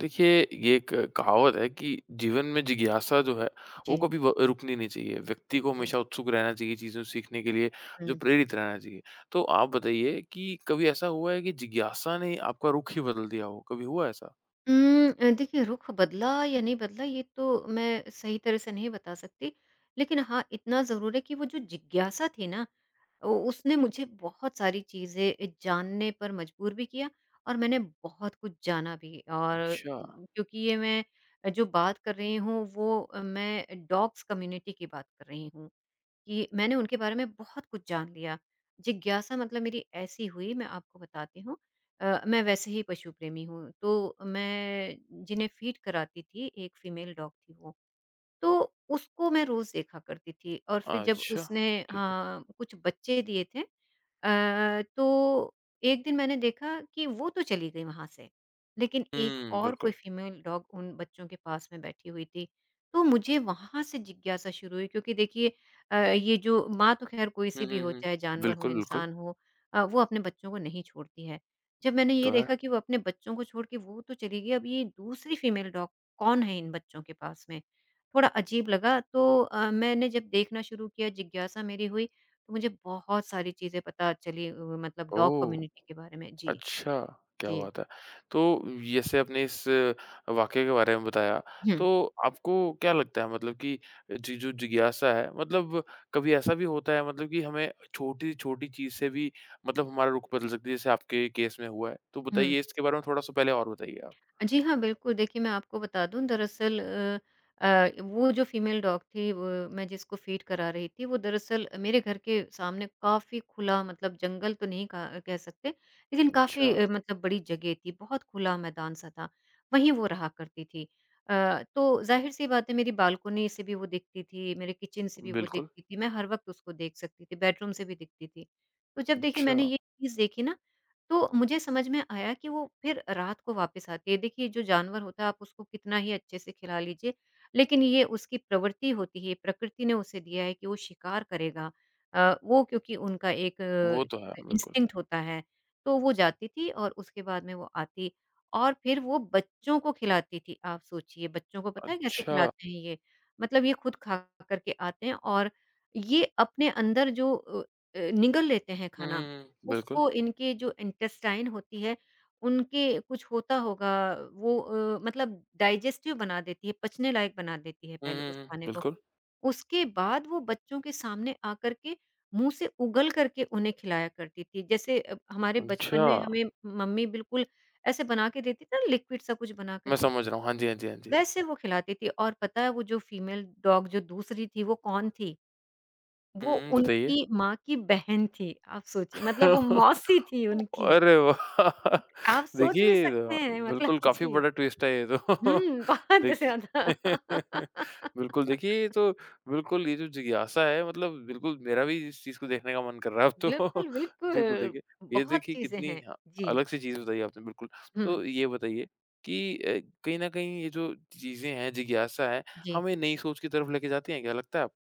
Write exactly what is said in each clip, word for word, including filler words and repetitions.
देखिए, ये एक कहावत है कि जीवन में जिज्ञासा जो है, वो जी। कभी व रुकनी नहीं चाहिए। व्यक्ति को बिल्कुल। हमेशा उत्सुक रहना चाहिए, चीज़ों सीखने के लिए, जो हुँ। प्रेरित रहना चाहिए। तो आप बताइए कि कभी ऐसा हुआ है कि जिज्ञासा ने आपका रुख ही बदल दिया हो? कभी हुआ ऐसा? उम, अ, देखिए रुख बदला या नहीं बदला ये तो मैं सही तरह से नहीं बता सकती। लेकिन हाँ, इतना ज़रूर है कि वो जो जिज्ञासा थी ना, उ उसने मुझे बहुत सारी चीज़ें जानने पर मजबूर भी किया और मैंने बहुत कुछ जाना भी। और अच्छा, उम, क्योंकि ये मैं जो बात कर रही हूँ वो अ, मैं डॉग्स कम्युनिटी की बात कर रही हूँ। कि मैंने उनके बारे में बहुत कुछ जान लिया। जिज्ञासा मतलब मेरी ऐसी हुई मैं आपको बताती हूँ अ, मैं वैसे ही पशु प्रेमी हूँ, तो मैं जिन्हें फ़ीड कराती थी, एक फीमेल डॉग थी वो। तो उसको मैं रोज़ देखा करती थी और फिर जब अच्छा, उसने ठीक है। हाँ, कुछ बच्चे दिए थे अ, तो एक दिन मैंने देखा कि वो तो चली गई वहाँ से, लेकिन एक हुँ, और कोई बिल्कुल। फीमेल डॉग उन बच्चों के पास में बैठी हुई थी। तो मुझे वहाँ से जिज्ञासा शुरू हुई क्योंकि देखिए अ, ये जो माँ तो ख़ैर हुँ, कोई-सी भी हुँ, हो, हुँ। चाहे जानवर हो, बिल्कुल, बिल्कुल। इंसान हो अ, वो अपने बच्चों को नहीं छोड़ती है। जब मैंने तो ये है। देखा कि वो अपने बच्चों को छोड़ के वो तो चली गई, अब ये दूसरी फीमेल डॉग कौन है इन बच्चों के पास में? थोड़ा अजीब लगा तो अ, मैंने जब देखना शुरू किया, जिज्ञासा मेरी हुई, तो मुझे बहुत सारी चीज़ें पता चली अ, मतलब डॉग ओह! कम्युनिटी के बारे में। जी, अच्छा, क्या जी। बात है! तो जैसे आपने इस वाक़ये के बारे में बताया, हुँ, तो आपको क्या लगता है मतलब कि जी, जो जिज्ञासा है मतलब कभी ऐसा भी होता है मतलब कि हमें छोटी-छोटी चीज़ से भी मतलब हमारा रुख बदल सकती है जैसे आपके केस में हुआ है? तो हुँ। बताइए इसके बारे में थोड़ा-सा पहले और बताइए आप। जी हाँ, बिल्कुल, देखिए मैं आपको बता दूँ दरअसल अ अ, वो जो फ़ीमेल डॉग थी वो मैं जिसको फ़ीड करा रही थी, वो दरअसल मेरे घर के सामने काफ़ी खुला मतलब जंगल तो नहीं कहा कह सकते, लेकिन काफ़ी अच्छा, अ, मतलब बड़ी जगह थी, बहुत खुला मैदान-सा था, वहीं वो रहा करती थी। अ, तो ज़ाहिर-सी बात है मेरी बालकनी से भी वो दिखती थी, मेरे किचन से भी वो बिल्कुल। दिखती थी, मैं हर वक़्त उसको देख सकती थी, बेडरूम से भी दिखती थी। तो जब देखिए अच्छा, मैंने ये चीज़ देखी ना तो मुझे समझ में आया कि वो फिर रात को वापस आती है। देखिए जो जानवर होता है आप उसको कितना ही अच्छे से खिला लीजिए, लेकिन ये उसकी प्रवृत्ति होती है, प्रकृति ने उसे दिया है कि वो शिकार करेगा। अ, वो क्योंकि उनका एक वो तो है, अ, बिल्कुल। इंस्टिंक्ट होता है, तो वो जाती थी और उसके बाद में वो आती और फिर वो बच्चों को खिलाती थी। आप सोचिए बच्चों को पता है कैसे अच्छा। खिलाते हैं ये? मतलब ये खुद खा कर के आते हैं और ये अपने अंदर जो अ अ, निगल लेते हैं हुँ, खाना हुँ, हुँ, बिल्कुल। उसको इनके जो इंटेस्टाइन होती है, उनके कुछ होता होगा वो अ, मतलब डाइजेस्टिव बना देती है, पचने लायक बना देती है हुँ, पहले उस हुँ, हुँ, खाने को। बिल्कुल। उसके बाद वो बच्चों के सामने आकर के मुँह से उगल कर के उन्हें खिलाया करती थी। जैसे अ, हमारे बचपन अच्छा, में हमें मम्मी बिल्कुल ऐसे बना के देती थी ना लिक्विड सा कुछ बना कर मैं के, समझ रहा हूँ। हाँ जी, हाँ जी, हाँ जी। वैसे वो खिलाती थी और पता है वो जो फीमेल डॉग जो दूसरी थी वो कौन थी? वो हुँ, बताइए। उनकी माँ की बहन थी, आप सोचिए मतलब वो मौसी थी उनकी। अरे वाह! आप सोच भी देखिए सकते अ, हैं मतलब बिल्कुल काफ़ी जी। बड़ा ट्विस्ट है ये तो। हुँ, बहुत देखिए ज़्यादा बिल्कुल देखिए ये तो बिल्कुल ये जो जिज्ञासा है मतलब बिल्कुल मेरा भी इस चीज़ को देखने का मन कर रहा है अब तो। बिल्कुल, बिल्कुल बिल्कुल। देखिए, ये बहुत देखिए चीज़ें कितनी हैं। अ, जी। अलग सी चीज़ बताई आपने बिल्कुल। हुँ, तो ये बताइए कि अ, कहीं न कहीं ये जो चीज़ें हैं, जिज्ञासा है, जी। हमें नई सोच की तरफ लेके जाती हैं क्या लगता है आप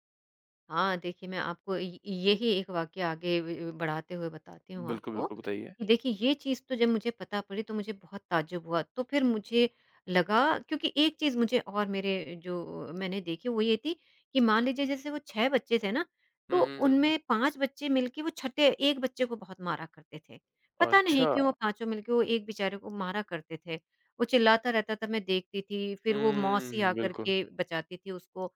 हाँ, देखिए मैं आपको य यही एक वाक़या आगे ब बढ़ाते हुए बताती हूँ बिल्कुल, आपको, बिल्कुल बताइए? कि देखिए ये चीज़ तो जब मुझे पता पड़ी तो मुझे बहुत ताज्जुब हुआ। तो फिर मुझे लगा क्योंकि एक चीज़ मुझे और मेरे जो मैंने देखी वो ये थी कि मान लीजिए जैसे वो छह बच्चे थे ना, हुँ, तो हुँ, हुँ, हुँ। उनमें पाँच बच्चे मिलके वो छठे एक बच्चे को बहुत मारा करते थे। पता नहीं अच्छा। क्यों वो पाँचों मिलके वो एक बेचारे को मारा करते थे। वो चिल्लाता रहता था मैं देखती थी, फिर वो मौसी हुँ, आकर बिल्कुल। के बचाती थी उसको।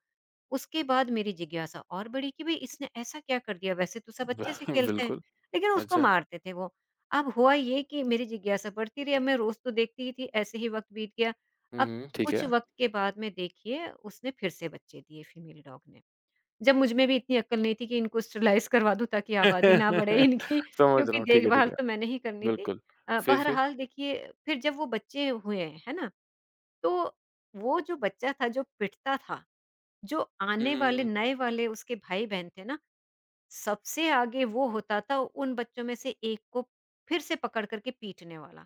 उसके बाद मेरी जिज्ञासा और बढ़ी कि भई इसने ऐसा क्या कर दिया? वैसे तो सब ब अच्छे से खेलते हैं, बिल्कुल, लेकिन उसको अच्छा। मारते थे वो। अब हुआ ये कि मेरी जिज्ञासा बढ़ती रही, अब मैं रोज़ तो देखती ही थी, ऐसे ही वक़्त बीत गया। हुँ, अब हुँ। ठीक कुछ है। वक़्त के बाद में देखिए उसने फिर से बच्चे दिए फीमेल डॉग ने। जब मुझ में भी इतनी अक्ल नहीं थी कि इनको स्टरलाइज़ करवा दूँ ताकि आबादी ना बढ़े इनकी समझ रहा क्योंकि हूँ, ठीक है, ठीक देखभाल है, तो मैंने ही करनी थी। बिल्कुल। अ, फिर, फिर? बहरहाल देखिए फिर जब वो बच्चे हुए, है ना? तो वो जो बच्चा था जो पिटता था जो हुँ, आने हुँ, वाले हुँ। नए वाले उसके भाई-बहन थे ना, सबसे आगे वो होता था उन बच्चों में से एक को फिर से पकड़ कर के पीटने वाला।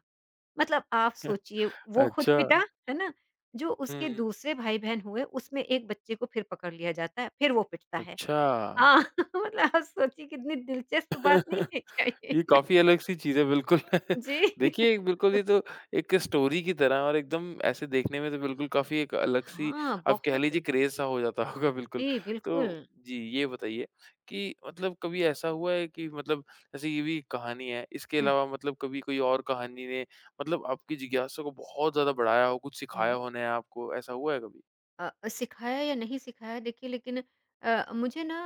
मतलब आप सोचिए वो खुद पिटा, अच्छा। है ना? जो हुँ, उसके हुँ। दूसरे भाई-बहन हुए उसमें एक बच्चे को फिर पकड़ लिया जाता है, फिर वो पिटता है। अच्छा। हाँ, मतलब आप सोचिए कितनी दिलचस्प बात नहीं है क्या ये? ये काफ़ी अलग-सी चीज़ है बिल्कुल। जी। देखिए एक बिल्कुल ये तो एक स्टोरी की तरह और एकदम ऐसे देखने में तो बिल्कुल काफ़ी एक अलग-सी हाँ, आप कह लीजिए बहुत। क्रेज़-सा हो जाता होगा बिल्कुल। जी, बिल्कुल। तो जी, ये बताइए कि मतलब कभी ऐसा हुआ है कि मतलब जैसे ये भी कहानी है, इसके हुँ, अलावा मतलब कभी कोई और कहानी ने मतलब आपकी जिज्ञासा को बहुत ज़्यादा बढ़ाया हो, कुछ सिखाया हुँ। हो नया आपको, ऐसा हुआ है कभी? अ अ, सिखाया या नहीं सिखाया देखिए लेकिन अ, मुझे ना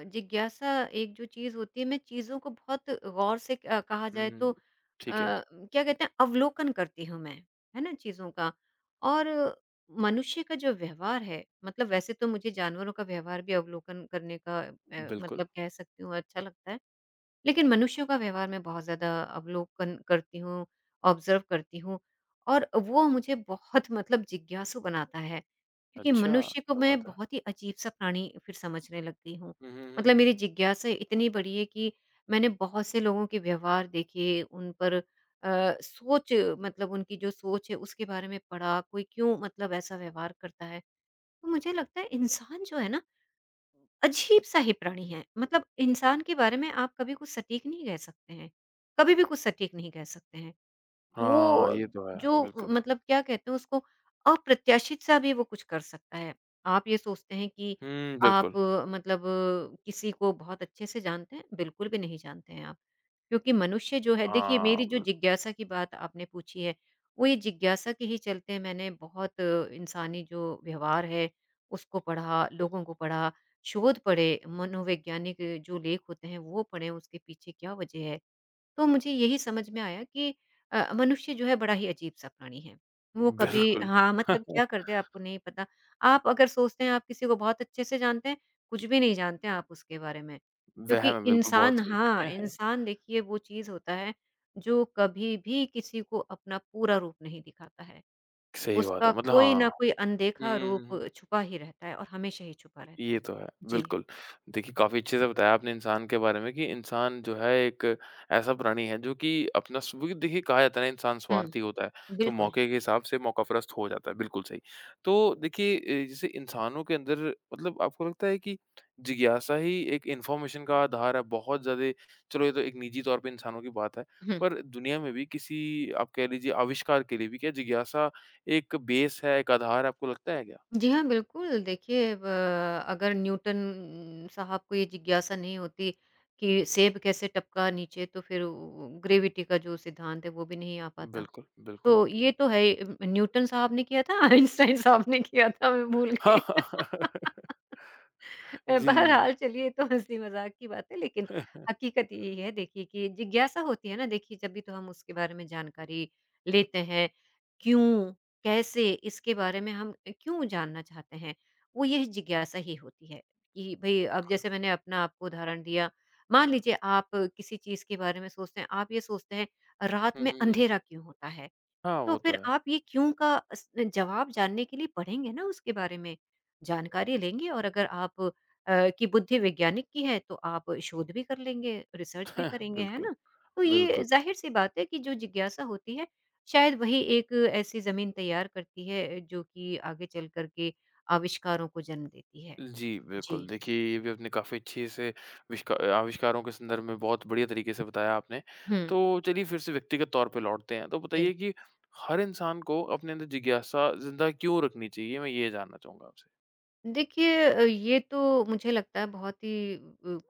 अ, जिज्ञासा एक जो चीज़ होती है मैं चीज़ों को बहुत गौर से अ, कहा जाए तो हुँ, अ, ठीक है, क्या कहते हैं अवलोकन करती हूँ मैं, है ना चीज़ों का। और मनुष्य का जो व्यवहार है मतलब वैसे तो मुझे जानवरों का व्यवहार भी अवलोकन करने का अ, बिल्कुल। मतलब कह सकती हूँ अच्छा लगता है। लेकिन मनुष्यों का व्यवहार मैं बहुत ज़्यादा अवलोकन करती हूँ, ऑब्ज़र्व करती हूँ और वो मुझे बहुत मतलब जिज्ञासु बनाता है। क्योंकि अच्छा, मनुष्य को क्या मैं बात है। बहुत ही अजीब-सा प्राणी फिर समझने लग गई हूँ। हुँ, हुँ, हुँ, मतलब हुँ, मेरी हुँ। जिज्ञासा इतनी बड़ी है कि मैंने बहुत से लोगों के व्यवहार देखे, उन पर अ, सोच मतलब उनकी जो सोच है उसके बारे में पढ़ा, कोई क्यों मतलब ऐसा व्यवहार करता है। तो मुझे लगता है इंसान जो है ना अजीब-सा ही प्राणी है। मतलब इंसान के बारे में आप कभी कुछ सटीक नहीं कह सकते हैं, कभी भी कुछ सटीक नहीं कह सकते हैं। हाँ, वो ये तो है, जो बिल्कुल। मतलब क्या कहते हैं उसको अप्रत्याशित-सा भी वो कुछ कर सकता है। आप ये सोचते हैं कि हुँ, आप बिल्कुल। मतलब किसी को बहुत अच्छे से जानते हैं, बिल्कुल भी नहीं जानते हैं आप। क्योंकि मनुष्य जो है देखिए मेरी जो हाँ, जिज्ञासा की बात आपने पूछी है, वो ये जिज्ञासा के ही चलते मैंने बहुत अ, इंसानी जो व्यवहार है, उसको पढ़ा, लोगों को पढ़ा, शोध पढ़े, मनोवैज्ञानिक जो लेख होते हैं वो पढ़े उसके पीछे क्या वजह है। तो मुझे यही समझ में आया कि अ, मनुष्य जो है बड़ा ही अजीब-सा प्राणी है। वो कभी बिल्कुल। हाँ, मतलब क्या कर दे आपको नहीं पता। आप अगर सोचते हैं आप किसी को बहुत अच्छे से जानते हैं, कुछ भी नहीं जानते हैं आप उसके बारे में। क्योंकि वहम है, बिल्कुल बहुत इंसान सही। हाँ, इंसान देखिए वो चीज़ होता है जो कभी भी किसी को अपना पूरा रूप नहीं दिखाता है। सही बात है, उसका मतलब कोई हाँ। ना कोई हुँ, अनदेखा हुँ, हुँ, रूप हुँ, छुपा ही रहता है और हमेशा ही छुपा रहता ये है। तो है, जी। बिल्कुल। देखिए, काफ़ी अच्छे से बताया आपने इंसान के बारे में कि इंसान जो है एक ऐसा प्राणी है जो कि अपना स्व क्योंकि देखिए कहा जाता है ना इंसान हुँ, स्वार्थी होता है, तो बिल्कुल। मौके के हिसाब से मौकापरस्त हो जाता है, बिल्कुल सही। तो देखिए अ, जैसे इंसानों के अंदर मतलब आपको लगता है कि जिज्ञासा ही एक इन्फॉर्मेशन का आधार है, बहुत ज़्यादा चलो ये तो एक निजी तौर पे इंसानों की बात है, हुँ। पर दुनिया में भी किसी आप कह लीजिए आविष्कार के लिए भी क्या जिज्ञासा एक बेस है, एक आधार है, आपको लगता है क्या? जी हाँ, बिल्कुल। देखिए ब अगर न्यूटन साहब को ये जिज्ञासा नहीं होती कि सेब कैसे टपका नीचे, तो फिर वो ग्रेविटी का जो सिद्धांत है, वो भी नहीं आ पाता। बिल्कुल, बिल्कुल। तो ये तो है ही अम, न्यूटन साहब ने किया था, आइंस्टाइन साहब ने किया था, मैं भूल हाँ, गई। अ, जी। बहरहाल चलिए ये तो हँसी मज़ाक की बात है लेकिन हकीकत यही है देखिए कि जिज्ञासा होती है ना देखिए जब भी तो हम उसके बारे में जानकारी लेते हैं, क्यों, कैसे इसके बारे में हम अ, क्यों जानना चाहते हैं, वो यह जिज्ञासा ही होती है कि भई अब क जैसे मैंने अपना आपको उदाहरण दिया, मान लीजिए आप किसी चीज़ के बारे में सोचते हैं, आप ये सोचते हैं रात हुँ, में हुँ, हुँ। अंधेरा क्यों होता है? हाँ, तो वो तो फिर है। आप ये क्यों का अस जवाब जानने के लिए पढ़ेंगे ना उसके बारे में, जानकारी लेंगे और अगर आप अ, की बुद्धि वैज्ञानिक की है तो आप शोध भी कर लेंगे, रिसर्च भी करेंगे, है बिल्कुल, ना? तो ये बिल्कुल। ज़ाहिर-सी बात है कि जो जिज्ञासा होती है, शायद वही एक ऐसी ज़मीन तैयार करती है जो कि आगे चल कर के आविष्कारों को जन्म देती है। जी, बिल्कुल। जी। देखिए, ये भी आपने काफ़ी अच्छे से विष्का आविष्कारों के संदर्भ में बहुत बढ़िया तरीके से बताया आपने। हुँ, तो चलिए फिर से व्यक्तिगत तौर पे लौटते हैं। तो बताइए जी। कि हर इंसान को अपने अंदर जिज्ञासा ज़िंदा क्यों रखनी चाहिए? मैं ये जानना चाहूँगा आपसे। देखिए अ, ये तो मुझे लगता है बहुत ही अ,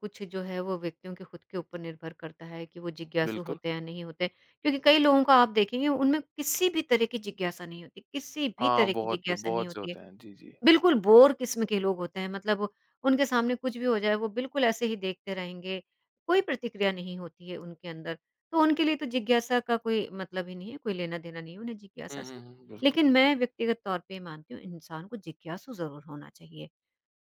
कुछ जो है वो व्यक्तियों के खुद के ऊपर निर्भर करता है कि वो जिज्ञासु बिल्कुल। होते हैं या नहीं होते क्योंकि कई लोगों का आप देखेंगे उनमें किसी भी तरह की जिज्ञासा नहीं होती किसी भी हाँ, तरह की बहुत से जिज्ञासा नहीं बहुत से होती है। होते हैं। जी, जी। बिल्कुल बोर किस्म के लोग होते हैं मतलब वो- उनके सामने कुछ भी हो जाए वो बिल्कुल ऐसे ही देखते रहेंगे। कोई प्रतिक्रिया नहीं होती है उनके अंदर। तो उनके लिए तो जिज्ञासा का कोई मतलब ही नहीं है, कोई लेना देना नहीं है उन्हें हुँ, जिज्ञासा हुँ, से। हुँ, बिल्कुल। लेकिन मैं व्यक्तिगत तौर पे मानती हूँ इंसान को जिज्ञासु जरूर होना चाहिए।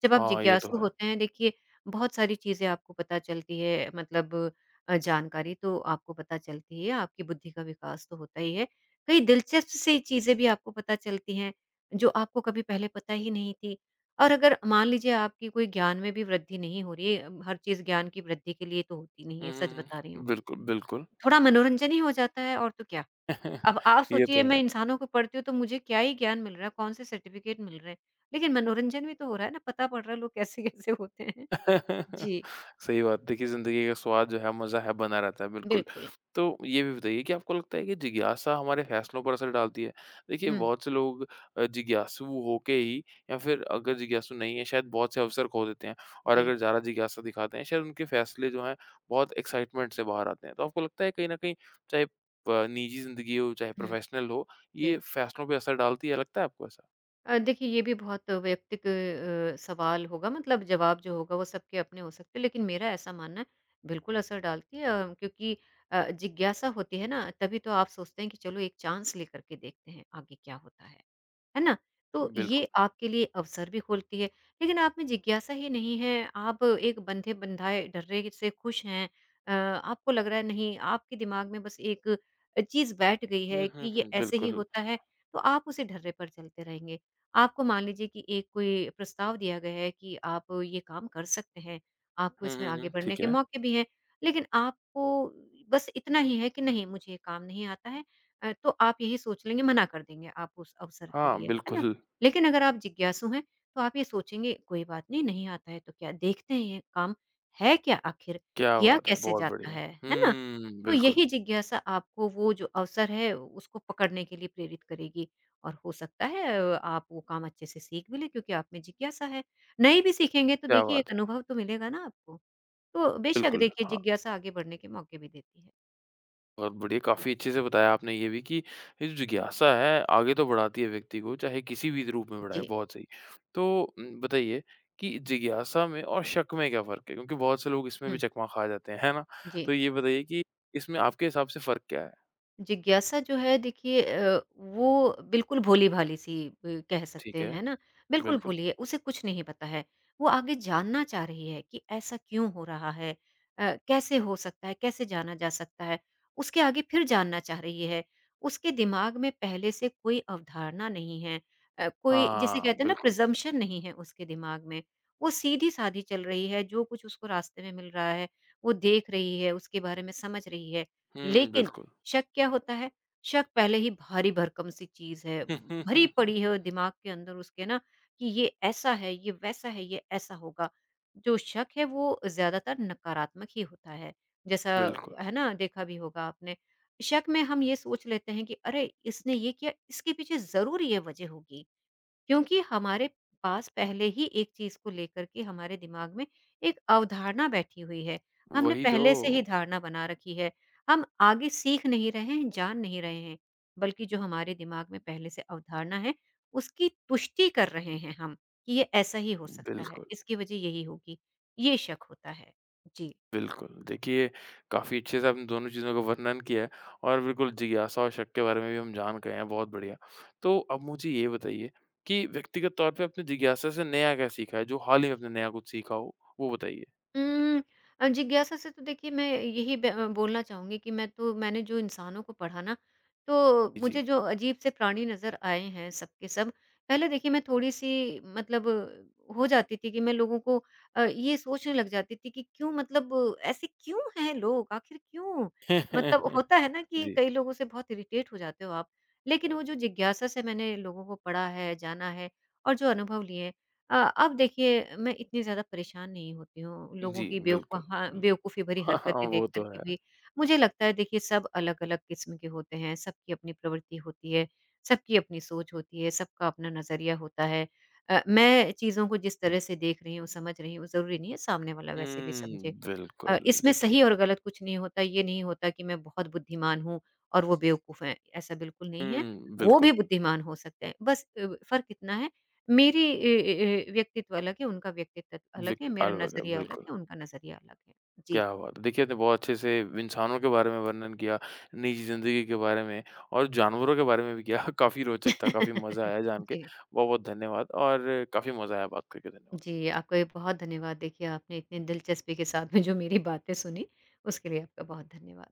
जब आप हाँ, ये तो जिज्ञासु है। होते हैं देखिए बहुत सारी चीज़ें आपको पता चलती है। मतलब अ, जानकारी तो आपको पता चलती है, आपकी बुद्धि का विकास तो होता ही है। कई दिलचस्प सी चीज़ें भी आपको पता चलती हैं, जो आपको कभी पहले पता ही नहीं थी। और अगर मान लीजिए आपकी कोई ज्ञान में भी वृद्धि नहीं हो रही है, अ, हर चीज़ ज्ञान की वृद्धि के लिए तो होती नहीं हुँ, है, सच हुँ, बता रही हूँ। हुँ। बिल्कुल, बिल्कुल। थोड़ा मनोरंजन ही हो जाता है और तो क्या। अब आप ये सोचिए तो मैं है। इंसानों को पढ़ती हूँ तो मुझे क्या ही ज्ञान मिल रहा है, कौन से सर्टिफिकेट मिल रहे हैं। लेकिन मनोरंजन भी तो हो रहा है ना, पता पड़ रहा है लोग कैसे-कैसे होते हैं। जी, सही बात। देखिए, ज़िंदगी का स्वाद जो है, मज़ा है, बना रहता है, बिल्कुल। बिल्कुल। तो ये भी बताइए कि आपको लगता है कि जिज्ञासा हमारे फैसलों पर असर डालती है? देखिए, हुँ, बहुत से लोग अ, जिज्ञासु होके ही या फिर अगर जिज्ञासु नहीं है, शायद बहुत से अवसर खो देते हैं और जी। अगर ज़्यादा जिज्ञासा दिखाते हैं, शायद उनके फैसले जो हैं, बहुत एक्साइटमेंट से बाहर आते हैं। तो आपको लगता है कहीं न कहीं चाहे प निजी ज़िंदगी हो, चाहे हुँ, प्रोफ़ेशनल हो, ये जी। फैसलों पे असर डालती है, लगता है आपको ऐसा? अ, देखिए ये भी बहुत वैयक्तिक अ, सवाल होगा, मतलब जवाब जो होगा वो सबके अपने हो सकते हैं, लेकिन मेरा ऐसा मानना है बिल्कुल असर डालती है। अ, क्योंकि अ, जिज्ञासा होती है ना तभी तो आप सोचते हैं कि चलो एक चांस लेकर के देखते हैं आगे क्या होता है। है ना? तो ये बिल्कुल। आपके लिए अवसर भी खोलती है। लेकिन आप में जिज्ञासा ही नहीं है, आप एक बंधे-बंधाए डर्रे से खुश हैं। अ, आपको लग रहा है नहीं, आपके दिमाग में बस एक अ, चीज़ बैठ गई है हुँ, कि हुँ, ये हुँ, ऐसे ही बिल्कुल। होता है, तो आप उसी ढर्रे पर चलते रहेंगे। आपको मान लीजिए कि एक कोई प्रस्ताव दिया गया है कि आप ये काम कर सकते हैं, आपको हुँ, इसमें हुँ, आगे हुँ, बढ़ने ठीक के है। मौके भी हैं, लेकिन आपको बस इतना ही है कि नहीं मुझे ये काम नहीं आता है। अ, तो आप यही सोच लेंगे, मना कर देंगे आप उस अवसर के हाँ, लिए, है ना? बिल्कुल। लेकिन अगर आप जिज्ञासु हैं, तो आप ये सोचेंगे, "कोई बात नहीं, नहीं आता है तो क्या, देखते हैं ये काम है क्या आखिर? क्या किया बात है! कैसे बहुत जाता बढ़िया। है?" है ना? हुँ, तो बिल्कुल, यही जिज्ञासा आपको वो जो अवसर है, उसको पकड़ने के लिए प्रेरित करेगी और हो सकता है अ, आप वो काम अच्छे से सीख भी लें क्योंकि आप में जिज्ञासा है। नहीं भी सीखेंगे तो क्या देखिए बात एक है! अनुभव तो मिलेगा ना आपको। तो बेशक बिल्कुल, देखिए हाँ, जिज्ञासा आगे बढ़ने के मौके भी देती है। बहुत बढ़िया, काफ़ी अच्छे से बताया आपने ये भी कि ये जो जिज्ञासा है, आगे तो बढ़ाती है व्यक्ति को, चाहे किसी भी रूप में बढ़ाए, जी। बहुत सही। तो उम, बताइए कि जिज्ञासा में और शक में क्या फ़र्क है? क्योंकि बहुत से लोग इसमें भी हुँ, चकमा खा जाते हैं, है ना? जी। तो ये बताइए कि इसमें आपके हिसाब से फ़र्क क्या है? जिज्ञासा जो है देखिए अ, वो बिल्कुल भोली-भाली सी अ, कह सकते ठीक हैं, है, है ना? बिल्कुल बिल्कुल। भोली है, उसे कुछ नहीं पता है। वो आगे जानना चाह रही है कि ऐसा क्यों हो रहा है? अ, कैसे हो सकता है? कैसे जाना जा सकता है? उसके आगे फिर जानना चाह रही है। उसके दिमाग में पहले से कोई अवधारणा नहीं है। अ, कोई जिसे हाँ, कहते हैं ना बिल्कुल। प्रिज़म्पशन नहीं है उसके दिमाग में। वो सीधी-सादी चल रही है, जो कुछ उसको रास्ते में मिल रहा है, वो देख रही है, उसके बारे में समझ रही है। हुँ, लेकिन बिल्कुल। शक क्या होता है? शक पहले ही भारी-भरकम सी चीज़ है, भरी पड़ी है दिमाग के अंदर उसके ना कि ये ऐसा है, ये वैसा है, ये ऐसा होगा। जो शक है वो ज़्यादातर नकारात्मक ही होता है। जैसा बिल्कुल, है ना देखा भी होगा आपने। शक में हम ये सोच लेते हैं कि अरे! इसने ये किया इसके पीछे ज़रूर ये वजह होगी। क्योंकि हमारे पास पहले ही एक चीज़ को लेकर के हमारे दिमाग में एक अवधारणा बैठी हुई है। हमने वही तो, पहले से ही धारणा बना रखी है। हम आगे सीख नहीं रहे हैं, जान नहीं रहे हैं, बल्कि जो हमारे दिमाग में पहले से अवधारणा है, उसकी तुष्टि कर रहे हैं हम कि ये ऐसा ही हो सकता है, बिल्कुल। इसकी वजह यही होगी। ये शक होता है। जी। बिल्कुल, देखिए काफ़ी अच्छे से आपने दोनों चीज़ों का वर्णन किया है और बिल्कुल जिज्ञासा और शक के बारे में भी हम जान गए हैं, बहुत बढ़िया। तो अब मुझे ये बताइए कि व्यक्तिगत तौर पे आपने जिज्ञासा से नया क्या सीखा है? जो हाल ही में आपने नया कुछ सीखा हो, वो बताइए? उम, अ, जिज्ञासा से तो देखिए मैं यही ब अ, बोलना चाहूँगी कि मैं तो मैंने जो इंसानों को पढ़ा ना, तो जी। मुझे जो अजीब से प्राणी नज़र आए हैं सब के सब, पहले देखिए मैं थोड़ी-सी मतलब अ, हो जाती थी कि मैं लोगों को अ, ये सोचने लग जाती थी कि क्यों, मतलब अ, ऐसे क्यों हैं लोग? आखिर क्यों? मतलब होता है ना कि जी। कई लोगों से बहुत इरिटेट हो जाते हो आप। लेकिन वो जो जिज्ञासा से मैंने लोगों को पढ़ा है, जाना है और जो अनुभव लिए हैं, अ, अब देखिए मैं इतनी ज़्यादा परेशान नहीं होती हूँ, लोगों जी, की बिल्कुल, बेवकूफ़ा बेवकूफ़ी बिल्कुल। भरी हाँ, हाँ, हरकतें देख वो कर तो के है। भी। मुझे लगता है देखिए सब अलग-अलग किस्म के होते हैं, सबकी अपनी प्रवृत्ति होती है, सबकी अपनी सोच होती है, सबका अपना नज़रिया होता है। अ, मैं चीज़ों को जिस तरह से देख रही हूँ, समझ रही हूँ, ज़रूरी नहीं है सामने वाला वैसे भी हुँ, समझे। अ, बिल्कुल इसमें देखिए सही और गलत कुछ नहीं होता, ये नहीं होता कि मैं बहुत बुद्धिमान हूँ और वो बेवकूफ हैं, ऐसा बिल्कुल नहीं है। हुँ, वो बिल्कुल। भी बुद्धिमान हो सकते हैं, बस अ, फ़र्क इतना है मेरी अ अ, व्यक्तित्व अलग है, उनका व्यक्तित्व अलग है, विक मेरा अलविदा, नज़रिया अलग बिल्कुल। है, उनका नज़रिया अलग है। क्या जी। बात है! देखिए, आपने बहुत अच्छे से इंसानों के बारे में वर्णन किया, निजी ज़िंदगी के बारे में और जानवरों के बारे में भी किया। काफ़ी रोचक था, काफ़ी मज़ा आया जान के। जी। बहुत-बहुत धन्यवाद और काफ़ी मज़ा आया बात करके। धन्यवाद। जी, आपका भी बहुत धन्यवाद। देखिए, आपने इतनी दिलचस्पी के साथ में जो मेरी बातें सुनी, उसके लिए आपका बहुत धन्यवाद।